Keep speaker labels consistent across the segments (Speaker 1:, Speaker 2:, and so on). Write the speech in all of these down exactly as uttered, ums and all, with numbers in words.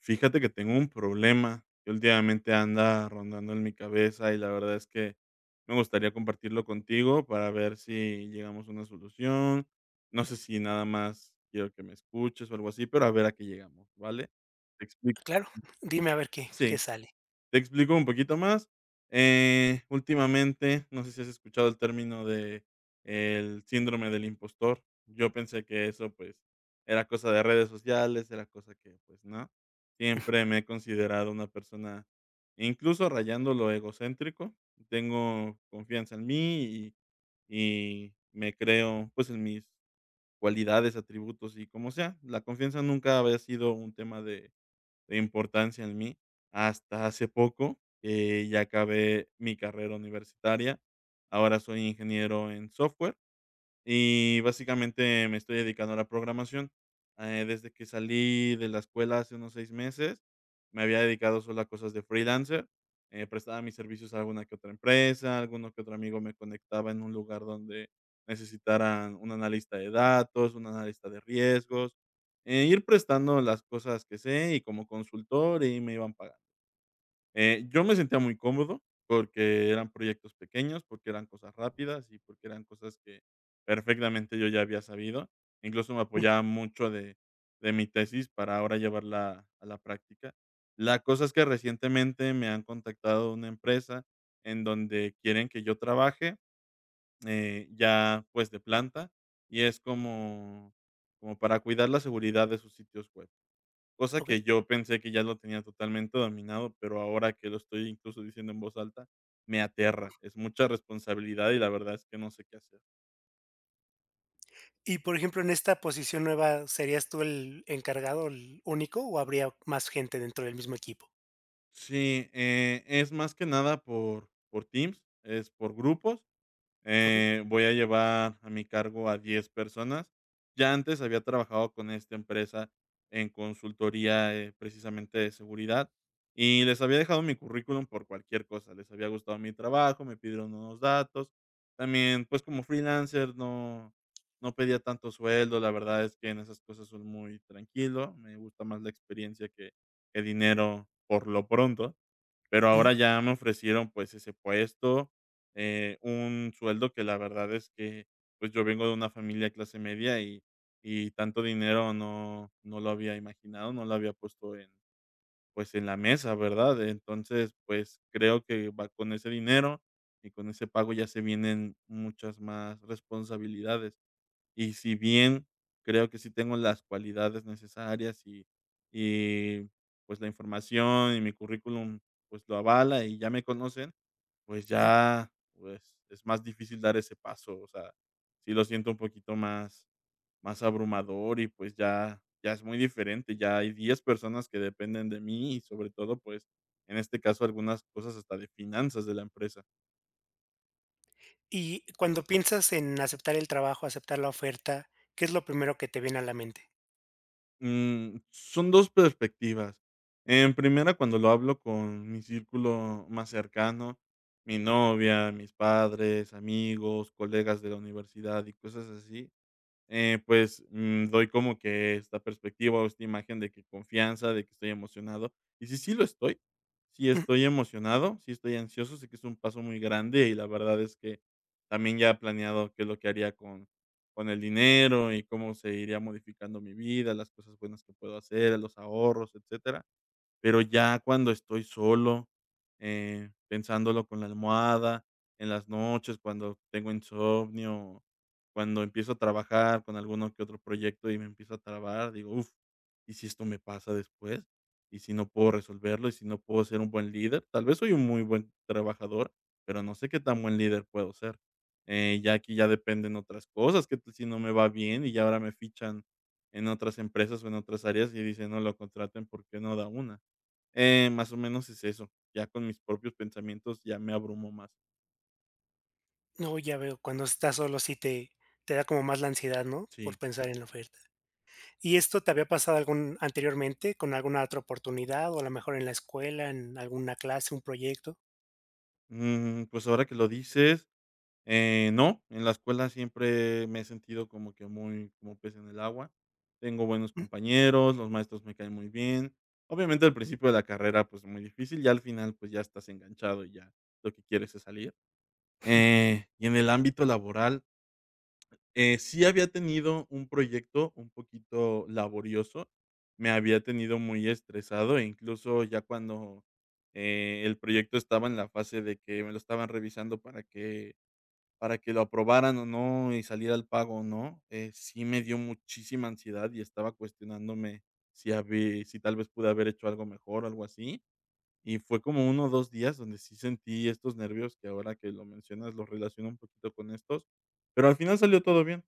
Speaker 1: Fíjate que tengo un problema que últimamente anda rondando en mi cabeza y la verdad es que me gustaría compartirlo contigo para ver si llegamos a una solución. No sé si nada más quiero que me escuches o algo así, pero a ver a qué llegamos, ¿vale? Te explico.
Speaker 2: Claro, dime a ver qué qué sale.
Speaker 1: Te explico un poquito más. Eh, últimamente, no sé si has escuchado el término de el síndrome del impostor. Yo pensé que eso, pues, era cosa de redes sociales, era cosa que, pues, no. Siempre me he considerado una persona, incluso rayando lo egocéntrico. Tengo confianza en mí y, y me creo, pues, en mis cualidades, atributos y como sea. La confianza nunca había sido un tema de de importancia en mí hasta hace poco, que ya acabé mi carrera universitaria. Ahora soy ingeniero en software y básicamente me estoy dedicando a la programación. Eh, desde que salí de la escuela hace unos seis meses, me había dedicado solo a cosas de freelancer. Eh, prestaba mis servicios a alguna que otra empresa, alguno que otro amigo me conectaba en un lugar donde necesitaran un analista de datos, un analista de riesgos, eh, ir prestando las cosas que sé y como consultor y me iban pagando. Eh, yo me sentía muy cómodo porque eran proyectos pequeños, porque eran cosas rápidas y porque eran cosas que perfectamente yo ya había sabido. Incluso me
Speaker 2: Mm,
Speaker 1: apoyaba mucho de, de mi tesis para ahora llevarla a la práctica. La cosa es que recientemente me han contactado una empresa en donde quieren que yo trabaje, eh, ya pues de planta y es como, como para cuidar la seguridad de sus sitios web. Cosa
Speaker 2: okey.
Speaker 1: que yo pensé que ya lo tenía totalmente dominado, pero ahora que lo estoy incluso diciendo en voz alta, me aterra. Es mucha responsabilidad y la verdad es que no sé qué hacer.
Speaker 2: Y, por ejemplo, en esta posición nueva, ¿serías tú el encargado, el único, o habría más gente dentro del mismo equipo?
Speaker 1: Sí, eh, es más que nada por, por Teams, es por grupos.
Speaker 2: Okey.
Speaker 1: Eh, voy a llevar a mi cargo a diez personas. Ya antes había trabajado con esta empresa en consultoría, eh, precisamente de seguridad, y les había dejado mi currículum por cualquier cosa. Les había gustado mi trabajo, me pidieron unos datos. También, pues como freelancer no, no pedía tanto sueldo. La verdad es que en esas cosas soy muy tranquilo. Me gusta más la experiencia que, que dinero por lo pronto. Pero
Speaker 2: Ujú,
Speaker 1: ahora ya me ofrecieron, pues, ese puesto, eh, un sueldo que la verdad es que, pues, yo vengo de una familia clase media y y tanto dinero no no lo había imaginado, no lo había puesto en, pues, en la mesa, ¿verdad? Entonces, pues, creo que va con ese dinero y con ese pago ya se vienen muchas más responsabilidades. Y si bien creo que sí tengo las cualidades necesarias y y, pues, la información y mi currículum, pues, lo avala y ya me conocen, pues,
Speaker 2: ajá.
Speaker 1: ya, pues, es más difícil dar ese paso, o sea, sí lo siento un poquito más más abrumador y, pues, ya ya es muy diferente, ya hay diez personas que dependen de mí y sobre todo, pues, en este caso, algunas cosas hasta de finanzas de la empresa.
Speaker 2: Y cuando piensas en aceptar el trabajo, aceptar la oferta, ¿qué es lo primero que te viene a la mente?
Speaker 1: Mm, son dos perspectivas. En primera, cuando lo hablo con mi círculo más cercano, mi novia, mis padres, amigos, colegas de la universidad y cosas así, eh, pues, mm, doy como que esta perspectiva o esta imagen de que confianza, de que estoy emocionado. Y sí, sí lo estoy. Sí
Speaker 2: Mm.
Speaker 1: estoy emocionado, sí estoy ansioso, sé que es un paso muy grande y la verdad es que también ya he planeado qué es lo que haría con, con el dinero y cómo se iría modificando mi vida, las cosas buenas que puedo hacer, los ahorros, etcétera. Pero ya cuando estoy solo, eh, pensándolo con la almohada, en las noches, cuando tengo insomnio, cuando empiezo a trabajar con alguno que otro proyecto y me empiezo a trabar, digo: "Uff, ¿y si esto me pasa después? ¿Y si no puedo resolverlo? ¿Y si no puedo ser un buen líder?". Tal vez soy un muy buen trabajador, pero no sé qué tan buen líder puedo ser. Eh, ya aquí ya dependen otras cosas, que si no me va bien y ya ahora me fichan en otras empresas o en otras áreas y dicen: "No, lo contraten porque no da una?". Eh, más o menos es eso. Ya con mis propios pensamientos ya me abrumo más.
Speaker 2: No, ya veo, cuando estás solo sí te te da como más la ansiedad, ¿no?,
Speaker 1: Sí.
Speaker 2: por pensar en la oferta. ¿Y esto te había pasado algún anteriormente con alguna otra oportunidad, o a lo mejor en la escuela, en alguna clase, un proyecto?
Speaker 1: Mm, pues ahora que lo dices, eh, no, en la escuela siempre me he sentido como que muy como pez en el agua. Tengo buenos
Speaker 2: Mm.
Speaker 1: compañeros, los maestros me caen muy bien. Obviamente al principio de la carrera pues muy difícil, ya al final pues ya estás enganchado y ya lo que quieres es salir. Eh, y en el ámbito laboral. Eh, sí había tenido un proyecto un poquito laborioso, me había tenido muy estresado, e incluso ya cuando, eh, el proyecto estaba en la fase de que me lo estaban revisando para que para que lo aprobaran o no, y saliera el pago o no, eh, sí me dio muchísima ansiedad y estaba cuestionándome si habí si tal vez pude haber hecho algo mejor o algo así, y fue como uno o dos días donde sí sentí estos nervios que ahora que lo mencionas, los relaciono un poquito con estos, pero al final salió todo bien.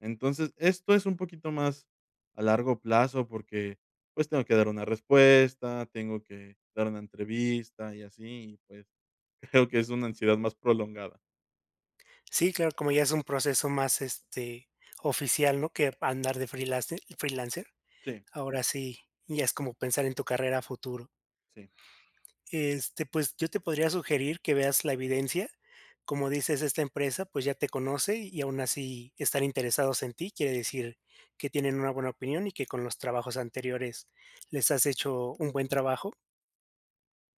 Speaker 1: Entonces, esto es un poquito más a largo plazo porque, pues, tengo que dar una respuesta, tengo que dar una entrevista y así, y pues, creo que es una ansiedad más prolongada.
Speaker 2: Sí, claro, como ya es un proceso más, este, oficial, ¿no? Que andar de freelancer freelancer.
Speaker 1: Sí,
Speaker 2: Ahora sí, ya es como pensar en tu carrera a futuro.
Speaker 1: sí.
Speaker 2: Este, pues, yo te podría sugerir que veas la evidencia. Como dices, esta empresa, pues, ya te conoce y aún así están interesados en ti. Quiere decir que tienen una buena opinión y que con los trabajos anteriores les has hecho un buen trabajo,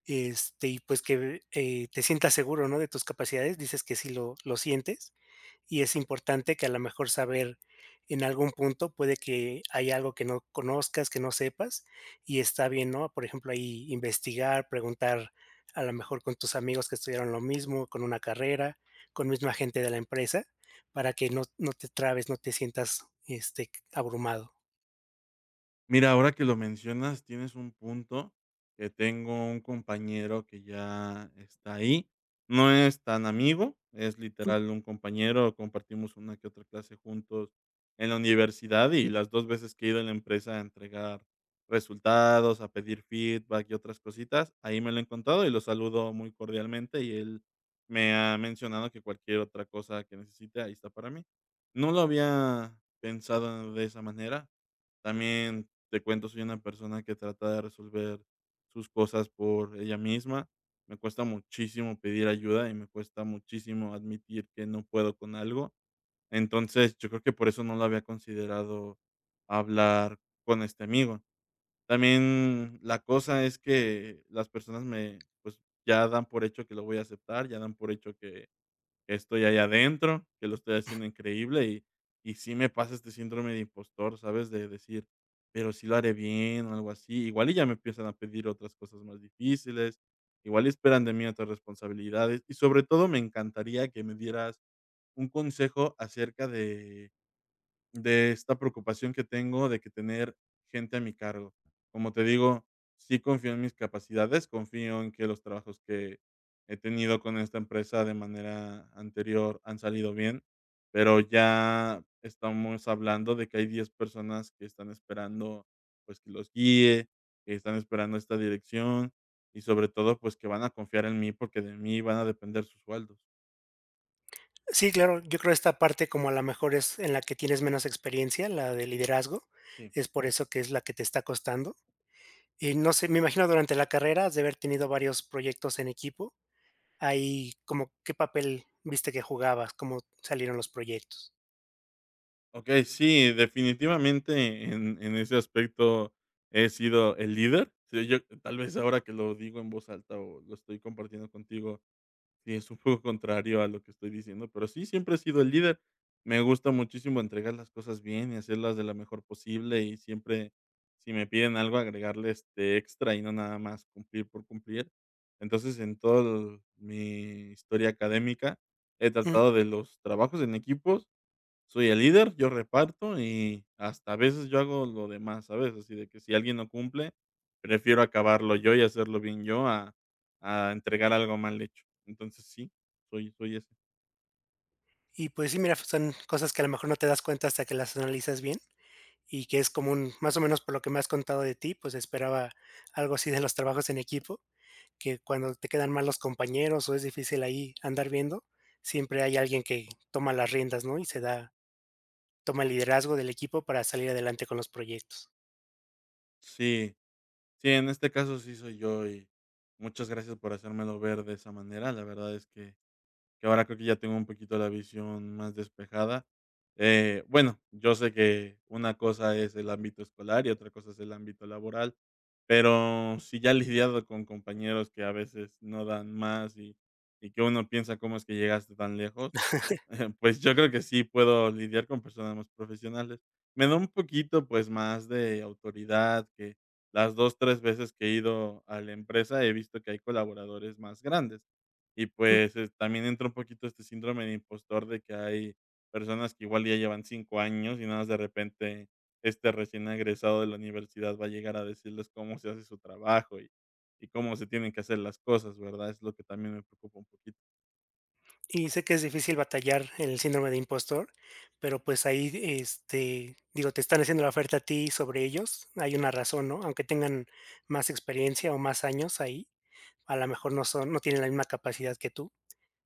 Speaker 2: este, y pues que, eh, te sientas seguro, ¿no? De tus capacidades, dices que sí lo lo sientes. Y es importante que a lo mejor saber en algún punto puede que hay algo que no conozcas, que no sepas, y está bien, ¿no? Por ejemplo, ahí investigar, preguntar a lo mejor con tus amigos que estudiaron lo mismo, con una carrera, con misma gente de la empresa, para que no, no te trabes, no te sientas este, abrumado.
Speaker 1: Mira, ahora que lo mencionas, tienes un punto, que tengo un compañero que ya está ahí. No es tan amigo, es literal un compañero, compartimos una que otra clase juntos en la universidad y las dos veces que he ido a la empresa a entregar resultados, a pedir feedback y otras cositas, ahí me lo he encontrado y lo saludo muy cordialmente y él me ha mencionado que cualquier otra cosa que necesite, ahí está para mí. No lo había pensado de esa manera. También te cuento, soy una persona que trata de resolver sus cosas por ella misma. Me cuesta muchísimo pedir ayuda y me cuesta muchísimo admitir que no puedo con algo. Entonces, yo creo que por eso no lo había considerado hablar con este amigo. También la cosa es que las personas me, pues, ya dan por hecho que lo voy a aceptar, ya dan por hecho que que estoy allá adentro, que lo estoy haciendo increíble y y sí me pasa este síndrome de impostor, ¿sabes? De decir: "Pero sí lo haré bien", o algo así. Igual y ya me empiezan a pedir otras cosas más difíciles, igual y esperan de mí otras responsabilidades. Y sobre todo, me encantaría que me dieras un consejo acerca de de esta preocupación que tengo de que tener gente a mi cargo. Como te digo, sí confío en mis capacidades, confío en que los trabajos que he tenido con esta empresa de manera anterior han salido bien, pero ya estamos hablando de que hay diez personas que están esperando, pues, que los guíe, que están esperando esta dirección y sobre todo, pues, que van a confiar en mí porque de mí van a depender sus sueldos.
Speaker 2: Sí, claro, yo creo esta parte como a lo mejor es en la que tienes menos experiencia, la de liderazgo,
Speaker 1: Sí.
Speaker 2: es por eso que es la que te está costando. Y no sé, me imagino durante la carrera has de haber tenido varios proyectos en equipo. Ahí, como, ¿qué papel viste que jugabas? ¿Cómo salieron los proyectos?
Speaker 1: Okey, sí, definitivamente en en ese aspecto he sido el líder. Sí, yo tal vez ahora que lo digo en voz alta o lo estoy compartiendo contigo, sí es un poco contrario a lo que estoy diciendo, pero sí, siempre he sido el líder. Me gusta muchísimo entregar las cosas bien y hacerlas de la mejor posible, y siempre, si me piden algo, agregarle, este, extra y no nada más cumplir por cumplir. Entonces, en toda mi historia académica, he
Speaker 2: Ujú.
Speaker 1: tratado de los trabajos en equipos. Soy el líder, yo reparto y hasta a veces yo hago lo demás, ¿sabes? Así de que si alguien no cumple, prefiero acabarlo yo y hacerlo bien yo a a entregar algo mal hecho. Entonces sí, soy soy ese.
Speaker 2: Y pues sí, mira, son cosas que a lo mejor no te das cuenta hasta que las analizas bien y que es común, más o menos por lo que me has contado de ti, pues esperaba algo así de los trabajos en equipo, que cuando te quedan mal los compañeros o es difícil ahí andar viendo, siempre hay alguien que toma las riendas, ¿no? Y se da, toma el liderazgo del equipo para salir adelante con los proyectos.
Speaker 1: Sí, sí, en este caso sí soy yo y muchas gracias por hacérmelo ver de esa manera. La verdad es que que ahora creo que ya tengo un poquito la visión más despejada. Eh, bueno, yo sé que una cosa es el ámbito escolar y otra cosa es el ámbito laboral, pero si ya he lidiado con compañeros que a veces no dan más y, y que uno piensa cómo es que llegaste tan lejos, pues yo creo que sí puedo lidiar con personas más profesionales. Me da un poquito, pues, más de autoridad, que las dos, tres veces que he ido a la empresa he visto que hay colaboradores más grandes. Y, pues, eh, también entra un poquito este síndrome de impostor de que hay personas que igual ya llevan cinco años y nada más de repente este recién egresado de la universidad va a llegar a decirles cómo se hace su trabajo y y cómo se tienen que hacer las cosas, ¿verdad? Es lo que también me preocupa un poquito.
Speaker 2: Y sé que es difícil batallar el síndrome de impostor, pero pues ahí, este, digo, te están haciendo la oferta a ti sobre ellos, hay una razón, ¿no? Aunque tengan más experiencia o más años ahí, a lo mejor no son, no tienen la misma capacidad que tú.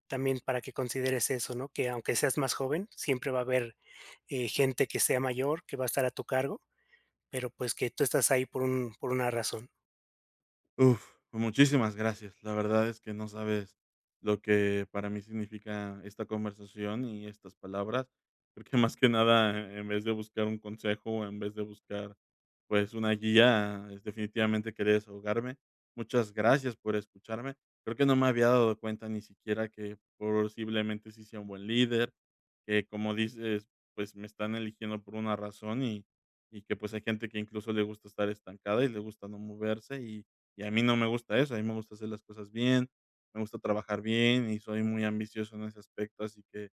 Speaker 2: También para que consideres eso, ¿no? Que aunque seas más joven, siempre va a haber eh, gente que sea mayor, que va a estar a tu cargo, pero pues que tú estás ahí por un, por una razón.
Speaker 1: Uf, pues, muchísimas gracias. La verdad es que no sabes lo que para mí significa esta conversación y estas palabras. Creo que más que nada, en vez de buscar un consejo en vez de buscar pues una guía, es definitivamente querer desahogarme. Muchas gracias por escucharme. Creo que no me había dado cuenta ni siquiera que posiblemente sí sea un buen líder, que como dices, pues me están eligiendo por una razón y, y que pues hay gente que incluso le gusta estar estancada y le gusta no moverse y y a mí no me gusta eso, a mí me gusta hacer las cosas bien, me gusta trabajar bien y soy muy ambicioso en ese aspecto, así que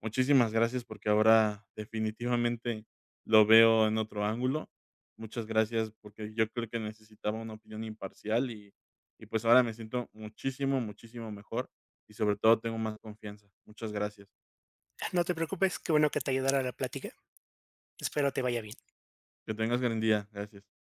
Speaker 1: muchísimas gracias porque ahora definitivamente lo veo en otro ángulo. Muchas gracias porque yo creo que necesitaba una opinión imparcial y, y pues ahora me siento muchísimo, muchísimo mejor y sobre todo tengo más confianza. Muchas gracias.
Speaker 2: No te preocupes, qué bueno que te ayudara la plática. Espero te vaya bien.
Speaker 1: Que tengas gran día. Gracias.